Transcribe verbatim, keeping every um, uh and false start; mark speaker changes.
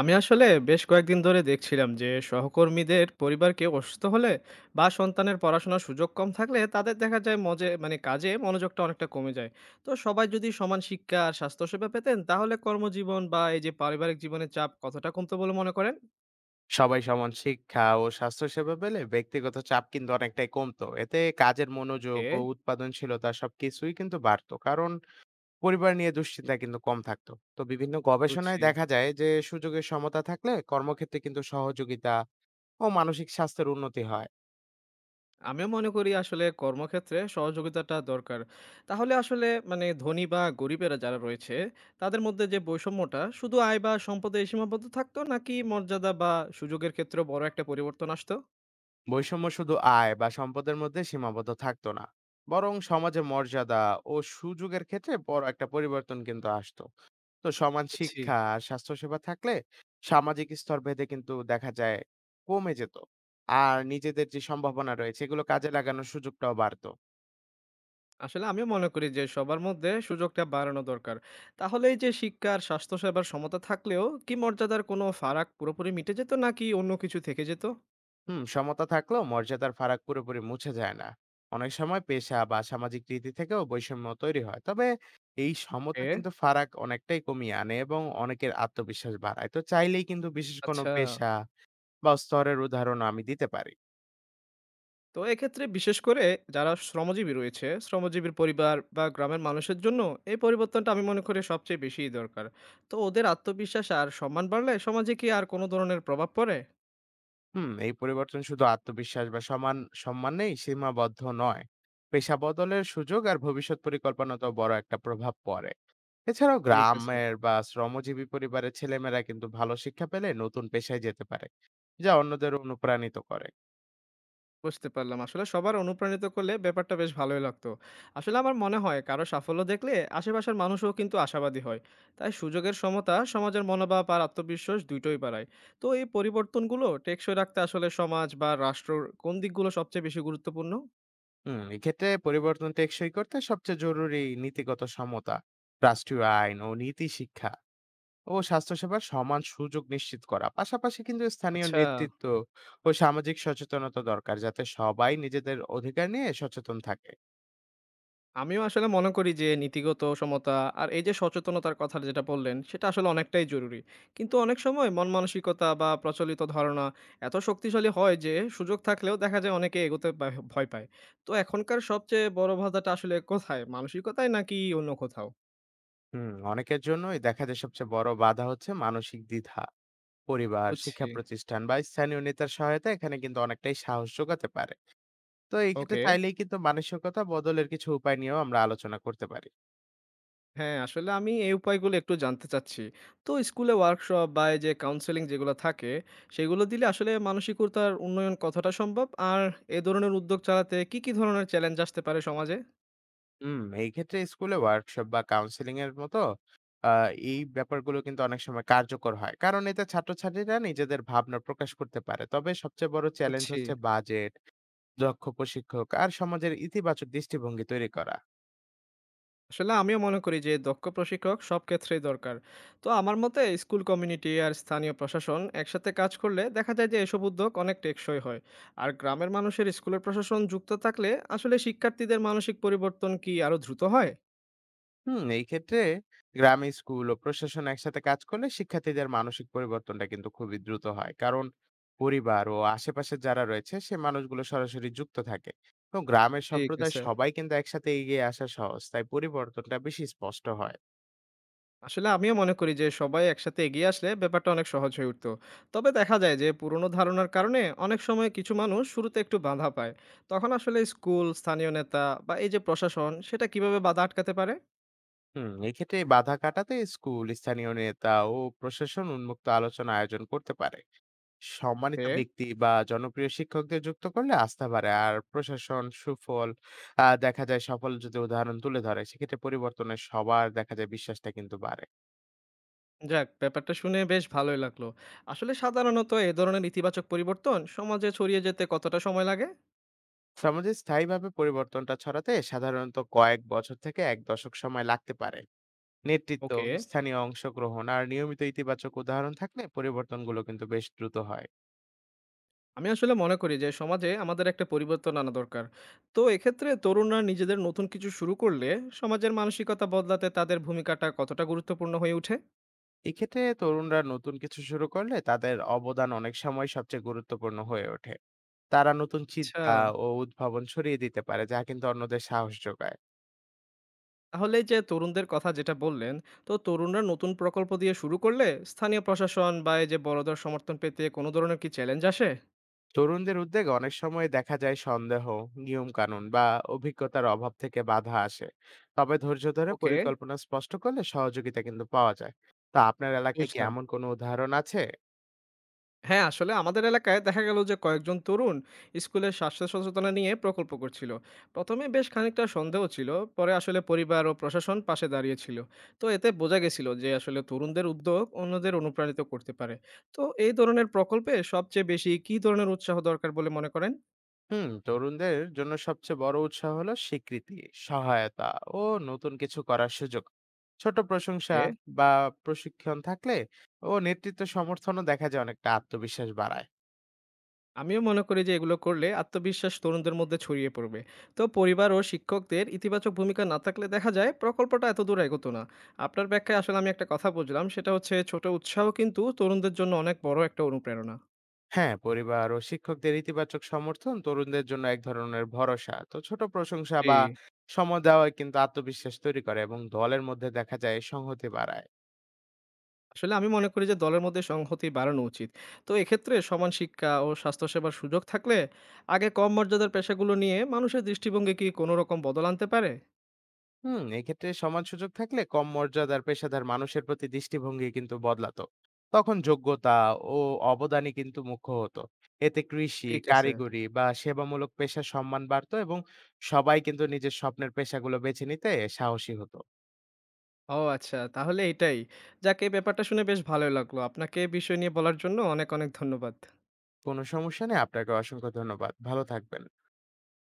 Speaker 1: আমি আসলে বেশ কয়েকদিন ধরে দেখছিলাম যে সহকর্মীদের পরিবারকে অসুস্থ হলে বা সন্তানের পড়াশোনার সুযোগ কম থাকলে তাদের দেখা যায় মজে মানে কাজে মনোযোগটা অনেকটা কমে যায়। তো সবাই যদি সমান শিক্ষা আর স্বাস্থ্যসেবা পেতেন তাহলে কর্মজীবন বা এই যে পারিবারিক জীবনের চাপ কতটা কমতো বলে মনে করেন?
Speaker 2: সবাই সমান শিক্ষা ও স্বাস্থ্যসেবা পেলে ব্যক্তিগত চাপ কিন্তু অনেকটাই কমতো, এতে কাজের মনোযোগ ও
Speaker 1: এ
Speaker 2: উৎপাদনশীলতা সবকিছুই কিন্তু বাড়তো, কারণ পরিবার নিয়ে দুশ্চিন্তা কিন্তু কম থাকতো। তো বিভিন্ন গবেষণায়
Speaker 1: বুঝছি।
Speaker 2: দেখা যায় যে সুযোগের সমতা থাকলে কর্মক্ষেত্রে কিন্তু সহযোগিতা ও মানসিক স্বাস্থ্যের উন্নতি হয়।
Speaker 1: আমিও মনে করি আসলে কর্মক্ষেত্রে সহযোগিতাটা দরকার। তাহলে আসলে মানে ধনী বা গরিবেরা যারা রয়েছে, তাদের মধ্যে যে বৈষম্যটা শুধু আয় বা সম্পদে সীমাবদ্ধ থাকতো নাকি মর্যাদা বা সুযোগের ক্ষেত্রেও বড় একটা পরিবর্তন আসতো?
Speaker 2: বৈষম্য শুধু আয় বা সম্পদের মধ্যে সীমাবদ্ধ থাকতো না, বরং সমাজে মর্যাদা ও সুযোগের ক্ষেত্রে বড় একটা পরিবর্তন কিন্তু আসতো। তো সমান
Speaker 1: বুঝছি।
Speaker 2: শিক্ষা আর স্বাস্থ্যসেবা থাকলে সামাজিক স্তর ভেদে কিন্তু দেখা যায় কমে যেত, আর নিজেদের যে সম্ভাবনা রয়েছে এগুলো কাজে লাগানোর সুযোগটাও বাড়তো।
Speaker 1: আসলে আমিও মনে করি যে সবার মধ্যে সুযোগটা বাড়ানো দরকার। তাহলে এই যে শিক্ষা আর স্বাস্থ্যসেবার সমতা থাকলেও কি মর্যাদার কোনো ফারাক পুরোপুরি মিটে যেত নাকি অন্য কিছু থেকে যেত?
Speaker 2: হুম, সমতা থাকলেও মর্যাদার ফারাক পুরোপুরি মুছে যায় না, অনেক সময় পেশা বা সামাজিক রীতি থেকেও বৈষম্য তৈরি হয়। তবে এই সমতা
Speaker 1: এ
Speaker 2: কিন্তু ফারাক অনেকটাই কমিয়ে আনে এবং অনেকের আত্মবিশ্বাস বাড়ায়। তো চাইলেই কিন্তু বিশেষ কোনো
Speaker 1: আচ্ছা।
Speaker 2: পেশা বা স্তরের উদাহরণ আমি দিতে পারি।
Speaker 1: তো এক্ষেত্রে বিশেষ করে যারা শ্রমজীবী রয়েছে শ্রমজীবীর পরিবার বা গ্রামের মানুষের জন্য এই পরিবর্তনটা আমি মনে করি সবচেয়ে বেশি দরকার। তো ওদের আত্মবিশ্বাস আর সম্মান বাড়লে সমাজে কি আর কোনো ধরনের প্রভাব পড়ে?
Speaker 2: হুম, এই পরিবর্তন শুধু আত্মবিশ্বাস বা সমান সম্মানেই সীমাবদ্ধ নয়, পেশা বদলের সুযোগ আর ভবিষ্যৎ পরিকল্পনাতেও বড় একটা প্রভাব পড়ে। এছাড়াও
Speaker 1: ঠিক আছে।
Speaker 2: গ্রামের বা শ্রমজীবী পরিবারের ছেলেমেয়েরা কিন্তু ভালো শিক্ষা পেলে নতুন পেশায় যেতে পারে, যা অন্যদের অনুপ্রাণিত করে।
Speaker 1: বুঝতে পারলাম, আসলে সবার অনুপ্রাণিত করলে ব্যাপারটা বেশ ভালোই লাগতো। আসলে আমার মনে হয় কারো সাফল্য দেখলে আশেপাশের মানুষও কিন্তু আশাবাদী হয়। তাই সুযোগের সমতা সমাজের মনোভাব আর আত্মবিশ্বাস দুটোই বাড়ায়। তো এই পরিবর্তনগুলো টেকসই রাখতে আসলে সমাজ বা রাষ্ট্র কোন দিকগুলো সবচেয়ে বেশি গুরুত্বপূর্ণ?
Speaker 2: হুম, এক্ষেত্রে পরিবর্তন টেকসই করতে সবচেয়ে জরুরি নীতিগত সমতা, রাষ্ট্রীয় আইন ও নীতি, শিক্ষা ও স্বাস্থ্যসেবার সমান সুযোগ নিশ্চিত করা। পাশাপাশি কিন্তু স্থানীয়
Speaker 1: আচ্ছা।
Speaker 2: নেতৃত্ব ও সামাজিক সচেতনতা দরকার, যাতে সবাই নিজেদের অধিকার নিয়ে সচেতন থাকে।
Speaker 1: আমিও আসলে মনে করি যে নীতিগত সমতা আর এই যে সচেতনতার কথা যেটা বললেন সেটা আসলে অনেকটাই জরুরি। কিন্তু অনেক সময় মন মানসিকতা বা প্রচলিত ধারণা এত শক্তিশালী হয় যে সুযোগ থাকলেও দেখা যায় অনেকে এগোতে বা- ভয় পায়। তো এখনকার সবচেয়ে বড় বাধাটা আসলে কোথায়, মানসিকতায় নাকি অন্য কোথাও?
Speaker 2: হুম, অনেকের জন্যই দেখা যায় সবচেয়ে বড় বাধা হচ্ছে মানসিক দ্বিধা। পরিবার, শিক্ষা
Speaker 1: বুঝছি।
Speaker 2: প্রতিষ্ঠান বা স্থানীয় নেতার সহায়তা এখানে কিন্তু অনেকটাই সাহস যোগাতে পারে। তো এই ক্ষেত্রে
Speaker 1: ওকে।
Speaker 2: চাইলেই কিন্তু মানসিকতা বদলের কিছু উপায় নিয়েও আমরা আলোচনা করতে পারি।
Speaker 1: হ্যাঁ, আসলে আমি এই উপায়গুলো একটু জানতে চাচ্ছি। তো স্কুলে ওয়ার্কশপ বা এই যে কাউন্সেলিং যেগুলো থাকে, সেগুলো দিলে আসলে মানসিকতার উন্নয়ন কতটা সম্ভব? আর এ ধরনের উদ্যোগ চালাতে কি, কি ধরনের চ্যালেঞ্জ আসতে পারে সমাজে?
Speaker 2: হুম, এই ক্ষেত্রে স্কুলে ওয়ার্কশপ বা কাউন্সেলিং এর মতো আহ, এই ব্যাপারগুলো কিন্তু অনেক সময় কার্যকর হয়, কারণ এতে ছাত্রছাত্রীরা নিজেদের ভাবনা প্রকাশ করতে পারে। তবে সবচেয়ে বড় চ্যালেঞ্জ
Speaker 1: বুঝছি।
Speaker 2: হচ্ছে বাজেট, দক্ষ প্রশিক্ষক আর সমাজের ইতিবাচক দৃষ্টিভঙ্গি তৈরি করা।
Speaker 1: আসলে আমিও মনে করি যে দক্ষ প্রশিক্ষক সব ক্ষেত্রেই দরকার। তো আমার মতে স্কুল কমিউনিটি আর স্থানীয় প্রশাসন একসাথে কাজ করলে দেখা যায় যে এসব উদ্যোগ অনেক টেকসই হয়। আর গ্রামের মানুষের স্কুলের প্রশাসন যুক্ত থাকলে আসলে শিক্ষার্থীদের মানসিক পরিবর্তন কি আরো দ্রুত হয়?
Speaker 2: হুম, এই ক্ষেত্রে গ্রামে স্কুল ও প্রশাসন একসাথে কাজ করলে শিক্ষার্থীদের মানসিক পরিবর্তনটা কিন্তু খুবই দ্রুত হয়, কারণ পরিবার ও আশেপাশে যারা রয়েছে সে মানুষগুলো সরাসরি যুক্ত থাকে। তো গ্রামের
Speaker 1: ঠিক
Speaker 2: সম্প্রদায়
Speaker 1: আছে।
Speaker 2: সবাই কিন্তু একসাথে এগিয়ে আসা সহজ, তাই পরিবর্তনটা বেশি স্পষ্ট হয়।
Speaker 1: আসলে আমিও মনে করি যে সবাই একসাথে এগিয়ে আসলে ব্যাপারটা অনেক সহজ হয়ে উঠতো। তবে দেখা যায় যে পুরনো ধারণার কারণে অনেক সময় কিছু মানুষ শুরুতে একটু বাধা পায়। তখন আসলে স্কুল স্থানীয় নেতা বা এই যে প্রশাসন সেটা কিভাবে বাধা আটকাতে পারে?
Speaker 2: হুম, এক্ষেত্রে এই বাধা কাটাতে স্কুল, স্থানীয় নেতা ও প্রশাসন উন্মুক্ত আলোচনা আয়োজন করতে পারে। সম্মানিত
Speaker 1: ওকে।
Speaker 2: ব্যক্তি বা জনপ্রিয় শিক্ষকদের যুক্ত করলে আস্থা বাড়ে, আর প্রশাসন সুফল আহ, দেখা যায় সফল যদি উদাহরণ তুলে ধরে সেক্ষেত্রে পরিবর্তনে সবার দেখা যায় বিশ্বাসটা কিন্তু বাড়ে।
Speaker 1: যাক ব্যাপারটা শুনে বেশ ভালোই লাগলো। আসলে সাধারণত এ ধরনের ইতিবাচক পরিবর্তন সমাজে ছড়িয়ে যেতে কতটা সময় লাগে?
Speaker 2: সমাজে স্থায়ীভাবে পরিবর্তনটা ছড়াতে সাধারণত কয়েক বছর থেকে এক দশক সময় লাগতে পারে। নেতৃত্ব,
Speaker 1: ওকে।
Speaker 2: স্থানীয় অংশগ্রহণ আর নিয়মিত ইতিবাচক উদাহরণ থাকলে পরিবর্তনগুলো কিন্তু বেশ দ্রুত হয়।
Speaker 1: আমি আসলে মনে করি যে সমাজে আমাদের একটা পরিবর্তন আনা দরকার। তো এক্ষেত্রে তরুণরা নিজেদের নতুন কিছু শুরু করলে সমাজের মানসিকতা বদলাতে তাদের ভূমিকাটা কতটা গুরুত্বপূর্ণ হয়ে ওঠে?
Speaker 2: এক্ষেত্রে তরুণরা নতুন কিছু শুরু করলে তাদের অবদান অনেক সময় সবচেয়ে গুরুত্বপূর্ণ হয়ে ওঠে। তারা নতুন
Speaker 1: আচ্ছা,
Speaker 2: চিন্তা ও উদ্ভাবন ছড়িয়ে দিতে পারে, যা কিন্তু অন্যদের সাহস যোগায়।
Speaker 1: তাহলে এই যে তরুণদের কথা যেটা বললেন, তো তরুণরা নতুন প্রকল্প দিয়ে শুরু করলে স্থানীয় প্রশাসন বা এই যে বড়দের সমর্থন পেতে কোনো ধরনের কি চ্যালেঞ্জ আসে?
Speaker 2: তরুণদের উদ্যোগে অনেক সময় দেখা যায় সন্দেহ, নিয়ম কানুন বা অভিজ্ঞতার অভাব থেকে বাধা আসে। তবে ধৈর্য ধরে
Speaker 1: ওকে,
Speaker 2: পরিকল্পনা স্পষ্ট করলে সহযোগিতা কিন্তু পাওয়া যায়। তা আপনার এলাকায় কি
Speaker 1: বুঝলাম।
Speaker 2: এমন কোনো উদাহরণ আছে?
Speaker 1: হ্যাঁ, আসলে আমাদের এলাকায় দেখা গেল যে কয়েকজন তরুণ স্কুলের স্বাস্থ্য সচেতনা নিয়ে প্রকল্প করছিল। প্রথমে বেশ খানিকটা সন্দেহ ছিল, পরে আসলে পরিবার ও প্রশাসন পাশে দাঁড়িয়েছিল। তো এতে বোঝা গেছিল যে আসলে তরুণদের উদ্যোগ অন্যদের অনুপ্রাণিত করতে পারে। তো এই ধরনের প্রকল্পে সবচেয়ে বেশি কী ধরনের উৎসাহ দরকার বলে মনে করেন?
Speaker 2: হুম, তরুণদের জন্য সবচেয়ে বড় উৎসাহ হলো স্বীকৃতি, সহায়তা ও নতুন কিছু করার সুযোগ। ছোট প্রশংসা
Speaker 1: ওকে।
Speaker 2: বা প্রশিক্ষণ থাকলে ও নেতৃত্ব সমর্থনও দেখা যায় অনেকটা আত্মবিশ্বাস বাড়ায়।
Speaker 1: আমিও মনে করি যে এগুলো করলে আত্মবিশ্বাস তরুণদের মধ্যে ছড়িয়ে পড়বে। তো পরিবার ও শিক্ষকদের ইতিবাচক ভূমিকা না থাকলে দেখা যায় প্রকল্পটা এত দূর এগোতো না। আপনার ব্যাখ্যায় আসলে আমি একটা কথা বুঝলাম, সেটা হচ্ছে ছোট উৎসাহ কিন্তু তরুণদের জন্য অনেক বড় একটা অনুপ্রেরণা।
Speaker 2: হ্যাঁ, পরিবার ও শিক্ষকদের ইতিবাচক সমর্থন তরুণদের জন্য এক ধরনের ভরসা। তো ছোট প্রশংসা
Speaker 1: জি।
Speaker 2: বা সময় দেওয়া কিন্তু আত্মবিশ্বাস তৈরি করে এবং দলের মধ্যে দেখা যায় সংহতি বাড়ায়।
Speaker 1: আসলে আমি মনে করি যে দলের মধ্যে সংহতি বাড়ানো উচিত। তো এক্ষেত্রে সমান শিক্ষা ও স্বাস্থ্যসেবার সুযোগ থাকলে আগে কম মর্যাদার পেশাগুলো নিয়ে মানুষের দৃষ্টিভঙ্গি কি কোনো রকম বদল আনতে পারে?
Speaker 2: হুম, এক্ষেত্রে সমান সুযোগ থাকলে কম মর্যাদার পেশাদার মানুষের প্রতি দৃষ্টিভঙ্গি কিন্তু বদলাতো, তখন যোগ্যতা ও অবদানই কিন্তু মুখ্য হতো। এতে কৃষি,
Speaker 1: ঠিক আছে।
Speaker 2: কারিগরি বা সেবামূলক পেশা সম্মান বাড়তো এবং সবাই কিন্তু নিজের স্বপ্নের পেশাগুলো বেছে নিতে সাহসী হতো।
Speaker 1: ও আচ্ছা, তাহলে এটাই। যাক এই ব্যাপারটা শুনে বেশ ভালোই লাগলো। আপনাকে এই বিষয় নিয়ে বলার জন্য অনেক, অনেক ধন্যবাদ।
Speaker 2: কোনো সমস্যা নেই, আপনাকে অসংখ্য ধন্যবাদ, ভালো থাকবেন।